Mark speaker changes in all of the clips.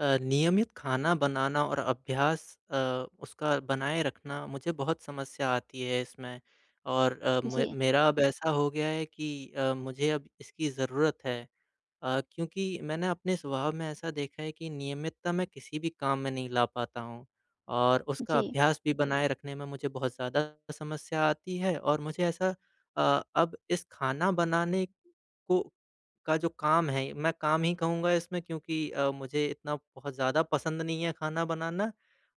Speaker 1: नियमित खाना बनाना और अभ्यास अ, उसका बनाए रखना मुझे बहुत समस्या आती है इसमें। और अ, मे
Speaker 2: जी।
Speaker 1: मेरा अब ऐसा हो गया है कि मुझे अब इसकी ज़रूरत है। क्योंकि मैंने अपने स्वभाव में ऐसा देखा है कि नियमितता मैं किसी भी काम में नहीं ला पाता हूँ और उसका
Speaker 2: जी।
Speaker 1: अभ्यास भी बनाए रखने में मुझे बहुत ज़्यादा समस्या आती है। और मुझे ऐसा अब इस खाना बनाने को का जो काम है, मैं काम ही कहूँगा इसमें क्योंकि मुझे इतना बहुत ज़्यादा पसंद नहीं है खाना बनाना।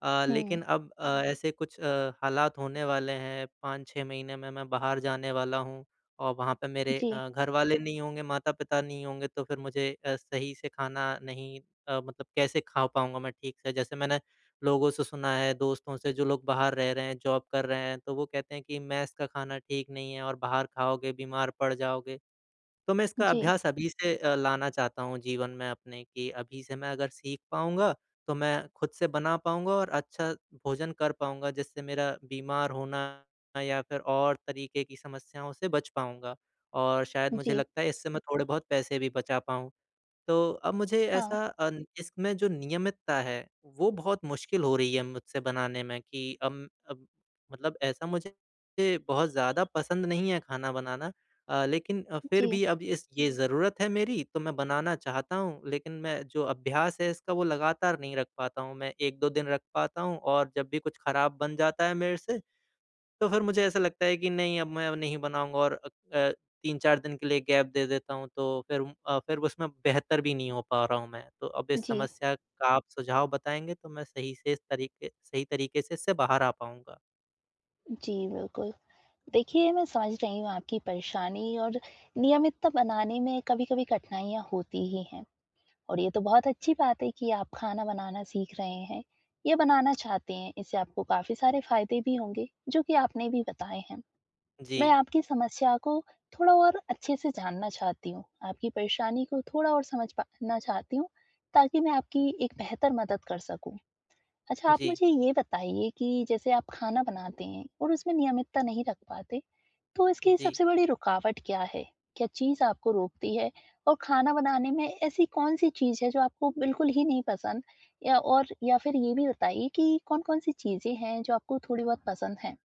Speaker 2: हुँ।
Speaker 1: लेकिन अब ऐसे कुछ हालात होने वाले हैं, 5-6 महीने में मैं बाहर जाने वाला हूँ और वहाँ पे मेरे
Speaker 2: जी।
Speaker 1: घरवाले नहीं होंगे, माता-पिता नहीं होंगे तो फिर मुझे सही से खाना नहीं मतलब कैसे खा पाऊँगा मैं ठीक से? जैसे मैंने लोगों से सुना है, दोस्तों से जो लोग बाहर रह रहे हैं, जॉब कर रहे हैं, तो वो कहते हैं कि मेस का खाना ठीक नहीं है और बाहर खाओगे बीमार पड़ जाओगे। तो मैं इसका
Speaker 2: जी।
Speaker 1: अभ्यास अभी से लाना चाहता हूँ जीवन में अपने कि अभी से मैं अगर सीख पाऊँगा, तो मैं खुद से बना पाऊँगा और अच्छा भोजन कर पाऊँगा, जिससे मेरा बीमार होना या फिर और तरीके की समस्याओं से बच पाऊँगा। और शायद मुझे
Speaker 2: जी।
Speaker 1: लगता है इससे मैं थोड़े बहुत पैसे भी बचा पाऊँ। तो अब मुझे
Speaker 2: हाँ।
Speaker 1: ऐसा इसमें जो नियमितता है, वो बहुत मुश्किल हो रही है मुझसे बनाने में कि अब मतलब ऐसा मुझे बहुत ज़्यादा पसंद नहीं है खाना बनाना। लेकिन फिर
Speaker 2: जी।
Speaker 1: भी अब इस ये ज़रूरत है मेरी तो मैं बनाना चाहता हूँ, लेकिन मैं जो अभ्यास है इसका वो लगातार नहीं रख पाता हूँ। मैं 1-2 दिन रख पाता हूँ और जब भी कुछ खराब बन जाता है मेरे से तो फिर मुझे ऐसा लगता है कि नहीं, अब मैं अब नहीं बनाऊँगा और अ, 3-4 दिन के लिए गैप दे देता हूँ, तो फिर फिर उसमें बेहतर भी नहीं हो पा रहा हूँ मैं। तो अब इस
Speaker 2: जी।
Speaker 1: समस्या का आप सुझाव बताएँगे, तो मैं सही से इस तरीके सही तरीके से इससे बाहर आ पाऊँगा।
Speaker 2: जी, बिल्कुल। देखिए, मैं समझ रही हूँ आपकी परेशानी और नियमितता बनाने में कभी-कभी कठिनाइयाँ होती ही हैं और ये तो बहुत अच्छी बात है कि आप खाना बनाना सीख रहे हैं, ये बनाना चाहते हैं। इससे आपको काफ़ी सारे फ़ायदे भी होंगे, जो कि आपने भी बताए हैं।
Speaker 1: जी,
Speaker 2: मैं आपकी समस्या को थोड़ा और अच्छे से जानना चाहती हूँ, आपकी परेशानी को थोड़ा और समझ पाना चाहती हूँ, ताकि मैं आपकी एक बेहतर मदद कर सकूँ। अच्छा, आप
Speaker 1: जी,
Speaker 2: मुझे ये बताइए कि जैसे आप खाना बनाते हैं और उसमें नियमितता नहीं रख पाते, तो इसकी
Speaker 1: जी।
Speaker 2: सबसे बड़ी रुकावट क्या है? क्या चीज़ आपको रोकती है? और खाना बनाने में ऐसी कौन-सी चीज़ है जो आपको बिल्कुल ही नहीं पसंद? या और या फिर ये भी बताइए कि कौन-कौन सी चीज़ें हैं जो आपको थोड़ी बहुत पसंद हैं?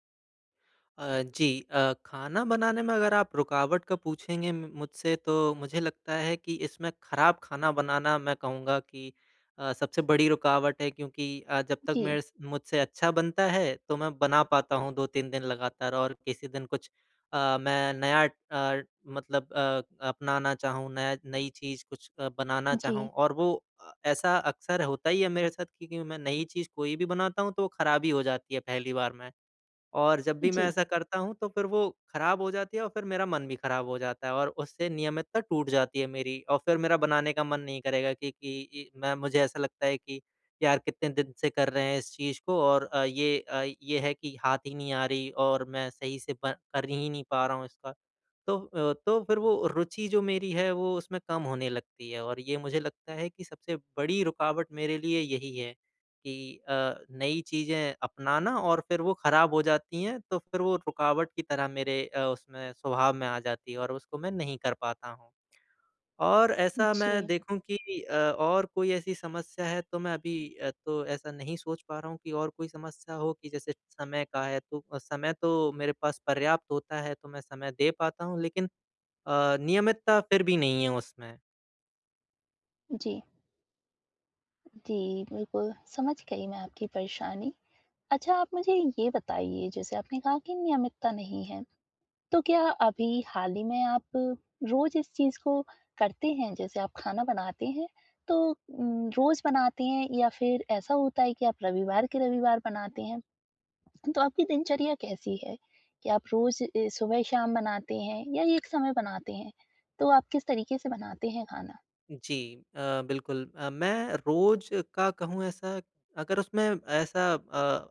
Speaker 1: अ, जी, खाना बनाने में अगर आप रुकावट का पूछेंगे म मुझसे तो मुझे लगता है कि इसमें खराब खाना बनाना मैं कहूँगा कि सबसे बड़ी रुकावट है क्योंकि जब तक
Speaker 2: जी।
Speaker 1: मेरे स मुझसे अच्छा बनता है तो मैं बना पाता हूँ 2-3 दिन लगातार और किसी दिन कुछ मैं नया अ, मतलब अ, अपनाना चाहूँ, नया नई चीज़ कुछ बनाना
Speaker 2: जी।
Speaker 1: चाहूँ और वो ऐसा अक्सर होता ही है मेरे साथ क्योंकि मैं नई चीज़ कोई भी बनाता हूँ तो वो खराब ही हो जाती है पहली बार में। और जब भी मैं
Speaker 2: जी।
Speaker 1: ऐसा करता हूँ तो फिर वो खराब हो जाती है और फिर मेरा मन भी खराब हो जाता है और उससे नियमितता टूट जाती है मेरी और फिर मेरा बनाने का मन नहीं करेगा कि इ मैं मुझे ऐसा लगता है कि यार कितने दिन से कर रहे हैं इस चीज़ को और ये है कि हाथ ही नहीं आ रही और मैं सही से ब कर ही नहीं पा रहा हूँ इसका। तो तो फिर वो रुचि जो मेरी है वो उसमें कम होने लगती है और ये मुझे लगता है कि सबसे बड़ी रुकावट मेरे लिए यही है कि अ, नई चीज़ें अपनाना और फिर वो ख़राब हो जाती हैं तो फिर वो रुकावट की तरह मेरे उसमें स्वभाव में आ जाती है और उसको मैं नहीं कर पाता हूँ। और ऐसा
Speaker 2: जी।
Speaker 1: मैं देखूँ कि और कोई ऐसी समस्या है तो मैं अभी तो ऐसा नहीं सोच पा रहा हूँ कि और कोई समस्या हो कि जैसे समय का है तो समय तो मेरे पास पर्याप्त होता है तो मैं समय दे पाता हूँ लेकिन नियमितता फिर भी नहीं है उसमें।
Speaker 2: जी। जी, बिल्कुल, समझ गई मैं आपकी परेशानी। अच्छा, आप मुझे ये बताइए जैसे आपने कहा कि नियमितता नहीं है, तो क्या अभी हाल ही में आप रोज़ इस चीज़ को करते हैं? जैसे आप खाना बनाते हैं, तो रोज़ बनाते हैं या फिर ऐसा होता है कि आप रविवार के रविवार बनाते हैं? तो आपकी दिनचर्या कैसी है? कि आप रोज़ सुबह-शाम बनाते हैं या एक समय बनाते हैं? तो आप किस तरीके से बनाते हैं खाना?
Speaker 1: जी बिल्कुल, मैं रोज़ का कहूँ ऐसा अगर उसमें ऐसा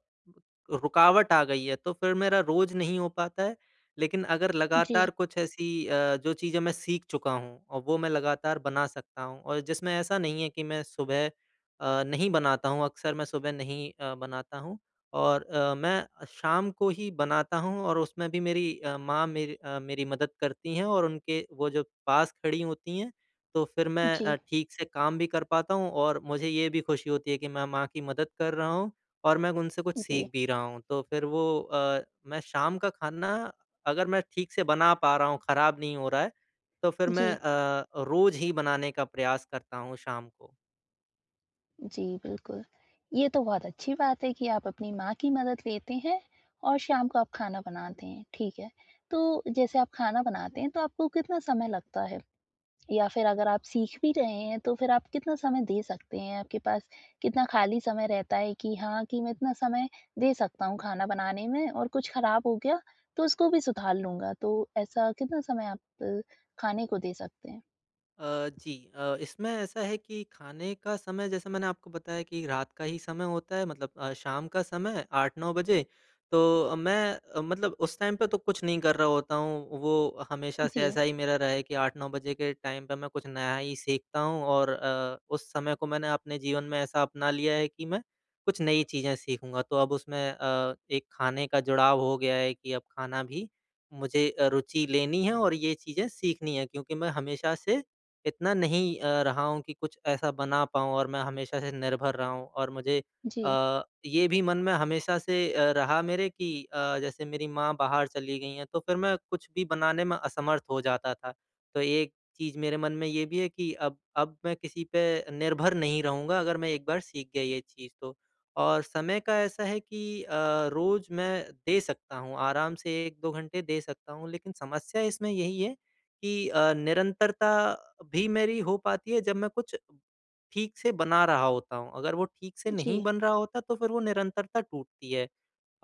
Speaker 1: रुकावट आ गई है तो फिर मेरा रोज़ नहीं हो पाता है। लेकिन अगर
Speaker 2: जी।
Speaker 1: लगातार कुछ ऐसी जो चीज़ें मैं सीख चुका हूँ और वो मैं लगातार बना सकता हूँ और जिसमें ऐसा नहीं है कि मैं सुबह नहीं बनाता हूँ, अक्सर मैं सुबह नहीं बनाता हूँ और मैं शाम को ही बनाता हूँ और उसमें भी मेरी माँ मेरी मदद करती हैं और उनके वो जो पास खड़ी होती हैं तो फिर मैं
Speaker 2: जी।
Speaker 1: ठीक से काम भी कर पाता हूँ और मुझे ये भी खुशी होती है कि मैं माँ की मदद कर रहा हूँ और मैं उनसे कुछ
Speaker 2: जी।
Speaker 1: सीख भी रहा हूँ। तो फिर वो मैं शाम का खाना अगर मैं ठीक से बना पा रहा हूँ, खराब नहीं हो रहा है, तो फिर मैं
Speaker 2: जी।
Speaker 1: रोज़ ही बनाने का प्रयास करता हूँ शाम को।
Speaker 2: जी, बिल्कुल। ये तो बहुत अच्छी बात है कि आप अपनी माँ की मदद लेते हैं और शाम को आप खाना बनाते हैं, ठीक है। तो जैसे आप खाना बनाते हैं तो आपको कितना समय लगता है? या फिर अगर आप सीख भी रहे हैं तो फिर आप कितना समय दे सकते हैं? आपके पास कितना खाली समय रहता है कि हाँ, कि मैं इतना समय दे सकता हूँ खाना बनाने में और कुछ खराब हो गया तो उसको भी सुधार लूँगा। तो ऐसा कितना समय आप खाने को दे सकते हैं?
Speaker 1: जी, इसमें ऐसा है कि खाने का समय जैसे मैंने आपको बताया कि रात का ही समय होता है मतलब शाम का समय 8-9 बजे तो मतलब उस टाइम पे तो कुछ नहीं कर रहा होता हूँ। वो हमेशा से
Speaker 2: जी।
Speaker 1: ऐसा ही मेरा रहा है कि 8-9 बजे के टाइम पे मैं कुछ नया ही सीखता हूँ और उस समय को मैंने अपने जीवन में ऐसा अपना लिया है कि मैं कुछ नई चीज़ें सीखूँगा। तो अब उसमें एक खाने का जुड़ाव हो गया है कि अब खाना भी मुझे रुचि लेनी है और ये चीज़ें सीखनी है क्योंकि मैं हमेशा से इतना नहीं रहा हूँ कि कुछ ऐसा बना पाऊँ और मैं हमेशा से निर्भर रहा हूँ और मुझे
Speaker 2: जी।
Speaker 1: ये भी मन में हमेशा से रहा मेरे कि जैसे मेरी माँ बाहर चली गई हैं, तो फिर मैं कुछ भी बनाने में असमर्थ हो जाता था। तो एक चीज़ मेरे मन में ये भी है कि अब मैं किसी पे निर्भर नहीं रहूँगा अगर मैं एक बार सीख गया ये चीज़ तो। और समय का ऐसा है कि रोज़ मैं दे सकता हूँ, आराम से 1-2 घंटे दे सकता हूँ, लेकिन समस्या इसमें यही है कि निरंतरता भी मेरी हो पाती है जब मैं कुछ ठीक से बना रहा होता हूँ। अगर वो ठीक से
Speaker 2: जी।
Speaker 1: नहीं बन रहा होता तो फिर वो निरंतरता टूटती है।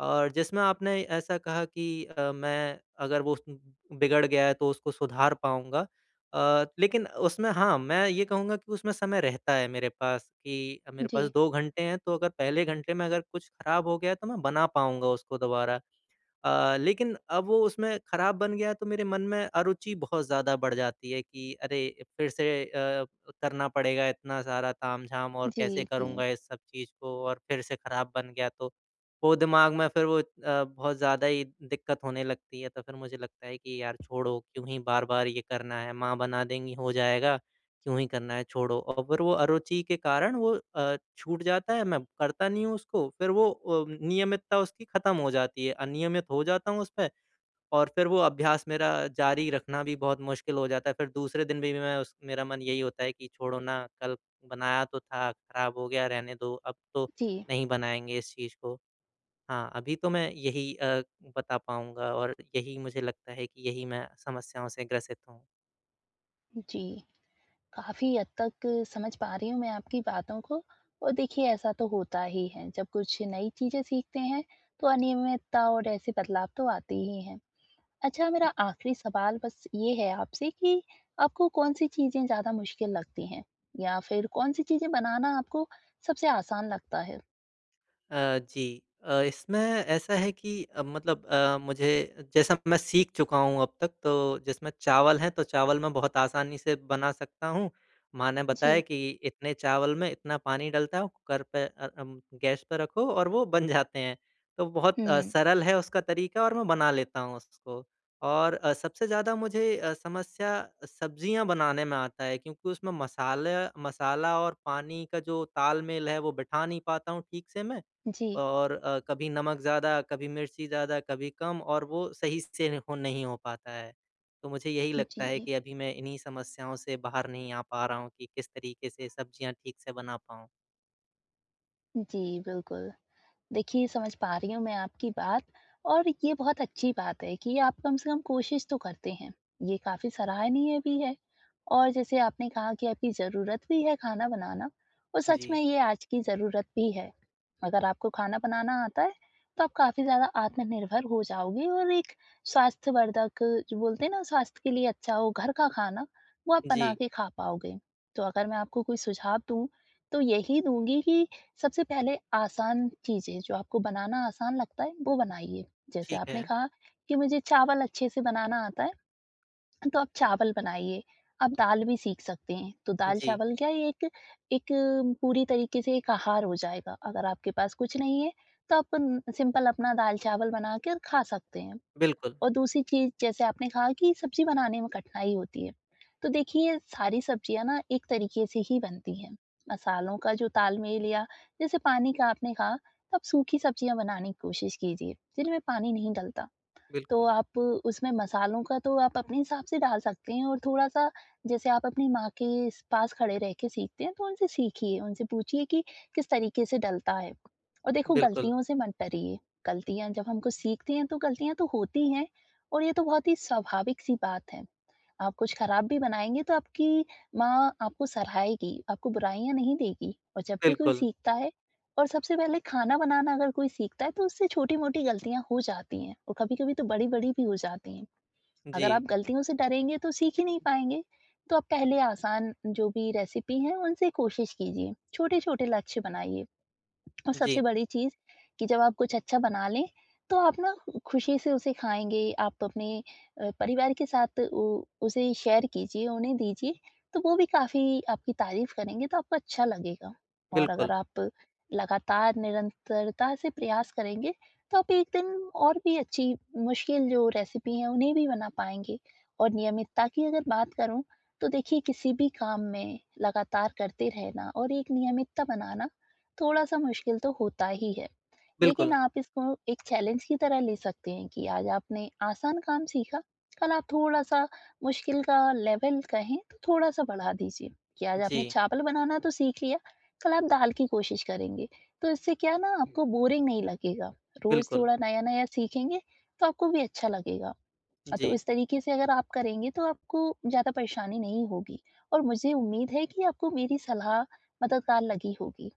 Speaker 1: और जिसमें आपने ऐसा कहा कि मैं अगर वो बिगड़ गया है तो उसको सुधार पाऊँगा। लेकिन उसमें हाँ, मैं ये कहूँगा कि उसमें समय रहता है मेरे पास कि मेरे पास
Speaker 2: जी।
Speaker 1: 2 घंटे हैं तो अगर पहले घंटे में अगर कुछ खराब हो गया है तो मैं बना पाऊँगा उसको दोबारा। लेकिन अब वो उसमें खराब बन गया तो मेरे मन में अरुचि बहुत ज़्यादा बढ़ जाती है कि अरे फिर से करना पड़ेगा इतना सारा तामझाम और
Speaker 2: जी।
Speaker 1: कैसे
Speaker 2: जी।
Speaker 1: करूँगा इस सब चीज़ को और फिर से खराब बन गया तो वो दिमाग में फिर वो बहुत ज़्यादा ही दिक्कत होने लगती है तो फिर मुझे लगता है कि यार छोड़ो क्यों ही बार-बार ये करना है, माँ बना देंगी हो जाएगा क्यों ही करना है छोड़ो और फिर वो अरुचि के कारण वो छूट जाता है, मैं करता नहीं हूँ उसको फिर वो नियमितता उसकी ख़त्म हो जाती है, अनियमित हो जाता हूँ उसपे और फिर वो अभ्यास मेरा जारी रखना भी बहुत मुश्किल हो जाता है। फिर दूसरे दिन भी मैं उस मेरा मन यही होता है कि छोड़ो ना, कल बनाया तो था, ख़राब हो गया रहने दो, अब तो
Speaker 2: जी।
Speaker 1: नहीं बनाएँगे इस चीज़ को। हाँ, अभी तो मैं यही बता पाऊँगा और यही मुझे लगता है कि यही मैं समस्याओं से ग्रसित हूँ।
Speaker 2: जी, काफ़ी हद तक समझ पा रही हूँ मैं आपकी बातों को और देखिए ऐसा तो होता ही है, जब कुछ नई चीज़ें सीखते हैं, तो अनियमितता और ऐसे बदलाव तो आते ही हैं। अच्छा, मेरा आखिरी सवाल बस ये है आपसे कि आपको कौन-सी चीज़ें ज़्यादा मुश्किल लगती हैं? या फिर कौन-सी चीज़ें बनाना आपको सबसे आसान लगता है?
Speaker 1: जी। इसमें ऐसा है कि मुझे जैसा मैं सीख चुका हूँ अब तक तो जिसमें चावल है तो चावल मैं बहुत आसानी से बना सकता हूँ। माँ ने बताया
Speaker 2: जी।
Speaker 1: कि इतने चावल में इतना पानी डलता है, कुकर पे गैस पे रखो और वो बन जाते हैं। तो बहुत
Speaker 2: हुँ।
Speaker 1: सरल है उसका तरीका और मैं बना लेता हूँ उसको। और सबसे ज़्यादा मुझे समस्या सब्जियाँ बनाने में आता है क्योंकि उसमें मसाले मसाला और पानी का जो तालमेल है वो बिठा नहीं पाता हूँ ठीक से मैं।
Speaker 2: जी।
Speaker 1: और कभी नमक ज़्यादा, कभी मिर्ची ज़्यादा, कभी कम और वो सही से हो नहीं हो पाता है। तो मुझे यही लगता
Speaker 2: जी।
Speaker 1: है कि अभी मैं इन्हीं समस्याओं से बाहर नहीं आ पा रहा हूँ कि किस तरीके से सब्जियाँ ठीक से बना पाऊँ।
Speaker 2: जी, बिल्कुल। देखिए, समझ पा रही हूँ मैं आपकी बात और ये बहुत अच्छी बात है कि आप कम से कम कोशिश तो करते हैं। ये काफ़ी सराहनीय भी है और जैसे आपने कहा कि आपकी ज़रूरत भी है खाना बनाना और सच
Speaker 1: जी,
Speaker 2: में ये आज की ज़रूरत भी है। अगर आपको खाना बनाना आता है तो आप काफ़ी ज़्यादा आत्मनिर्भर हो जाओगे और एक स्वास्थ्यवर्धक, जो बोलते हैं ना, स्वास्थ्य के लिए अच्छा हो घर का खाना वो आप
Speaker 1: जी,
Speaker 2: बना के खा पाओगे। तो अगर मैं आपको कोई सुझाव दूँ तो यही दूँगी कि सबसे पहले आसान चीजें जो आपको बनाना आसान लगता है वो बनाइए। जैसे
Speaker 1: ठीक है।
Speaker 2: आपने कहा कि मुझे चावल अच्छे से बनाना आता है, तो आप चावल बनाइए। आप दाल भी सीख सकते हैं, तो दाल
Speaker 1: जी,
Speaker 2: चावल क्या है, एक एक अम, पूरी तरीके से एक आहार हो जाएगा। अगर आपके पास कुछ नहीं है तो आप सिंपल अपना दाल चावल बना कर खा सकते हैं।
Speaker 1: बिल्कुल,
Speaker 2: और दूसरी चीज़, जैसे आपने कहा कि सब्ज़ी बनाने में कठिनाई होती है, तो देखिए सारी सब्ज़ियाँ ना एक तरीके से ही बनती हैं, मसालों का जो तालमेल या जैसे पानी का आपने कहा, तो आप सूखी सब्ज़ियाँ बनाने की कोशिश कीजिए, जिनमें पानी नहीं डलता। तो
Speaker 1: बिल्कुल,
Speaker 2: आप उसमें मसालों का तो आप अपने हिसाब से डाल सकते हैं और थोड़ा-सा जैसे आप अपनी माँ के स पास खड़े रह के सीखते हैं, तो उनसे सीखिए, उनसे पूछिए कि किस तरीके से डलता है। और देखो,
Speaker 1: बिल्कुल,
Speaker 2: गलतियों से मत डरिए, गलतियाँ जब हम कुछ सीखते हैं तो गलतियाँ तो होती हैं और ये तो बहुत ही स्वाभाविक सी बात है। आप कुछ खराब भी बनाएँगे तो आपकी माँ आपको सराहेगी, आपको बुराइयाँ नहीं देगी। और जब भी कोई
Speaker 1: बिल्कुल।
Speaker 2: सीखता है और सबसे पहले खाना बनाना अगर कोई सीखता है, तो उससे छोटी-मोटी गलतियाँ हो जाती हैं और कभी-कभी तो बड़ी-बड़ी भी हो जाती हैं।
Speaker 1: जी,
Speaker 2: अगर आप गलतियों से डरेंगे तो सीख ही नहीं पाएँगे, तो आप पहले आसान जो भी रेसिपी हैं उनसे कोशिश कीजिए, छोटे-छोटे लक्ष्य बनाइए। और सबसे
Speaker 1: जी,
Speaker 2: बड़ी चीज़ कि जब आप कुछ अच्छा बना लें, तो आप ना खुशी से उसे खाएँगे, आप अपने परिवार के साथ उ उसे शेयर कीजिए, उन्हें दीजिए, तो वो भी काफ़ी आपकी तारीफ़ करेंगे, तो आपको अच्छा लगेगा। और अगर
Speaker 1: बिल्कुल,
Speaker 2: आप लगातार निरंतरता से प्रयास करेंगे, तो आप एक दिन और भी अच्छी मुश्किल जो रेसिपी हैं, उन्हें भी बना पाएँगे। और नियमितता की अगर बात करूँ, तो देखिए किसी भी काम में लगातार करते रहना और एक नियमितता बनाना, थोड़ा सा मुश्किल तो होता ही है, लेकिन
Speaker 1: बिल्कुल,
Speaker 2: आप इसको एक चैलेंज की तरह ले सकते हैं कि आज आपने आसान काम सीखा, कल आप थोड़ा सा मुश्किल का लेवल कहें तो थोड़ा सा बढ़ा दीजिए। कि आज आपने
Speaker 1: जी,
Speaker 2: चावल बनाना तो सीख लिया, कल आप दाल की कोशिश करेंगे, तो इससे क्या ना आपको बोरिंग नहीं लगेगा, रोज
Speaker 1: बिल्कुल,
Speaker 2: थोड़ा नया नया सीखेंगे, तो आपको भी अच्छा लगेगा।
Speaker 1: जी।
Speaker 2: तो इस तरीके से अगर आप करेंगे तो आपको ज्यादा परेशानी नहीं होगी और मुझे उम्मीद है कि आपको मेरी सलाह मददगार लगी होगी।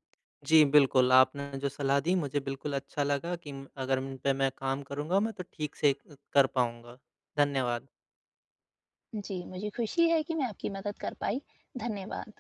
Speaker 1: जी, बिल्कुल, आपने जो सलाह दी मुझे बिल्कुल अच्छा लगा कि अगर इन पे मैं काम करूँगा मैं तो ठीक से कर पाऊँगा। धन्यवाद।
Speaker 2: जी, मुझे खुशी है कि मैं आपकी मदद कर पाई। धन्यवाद।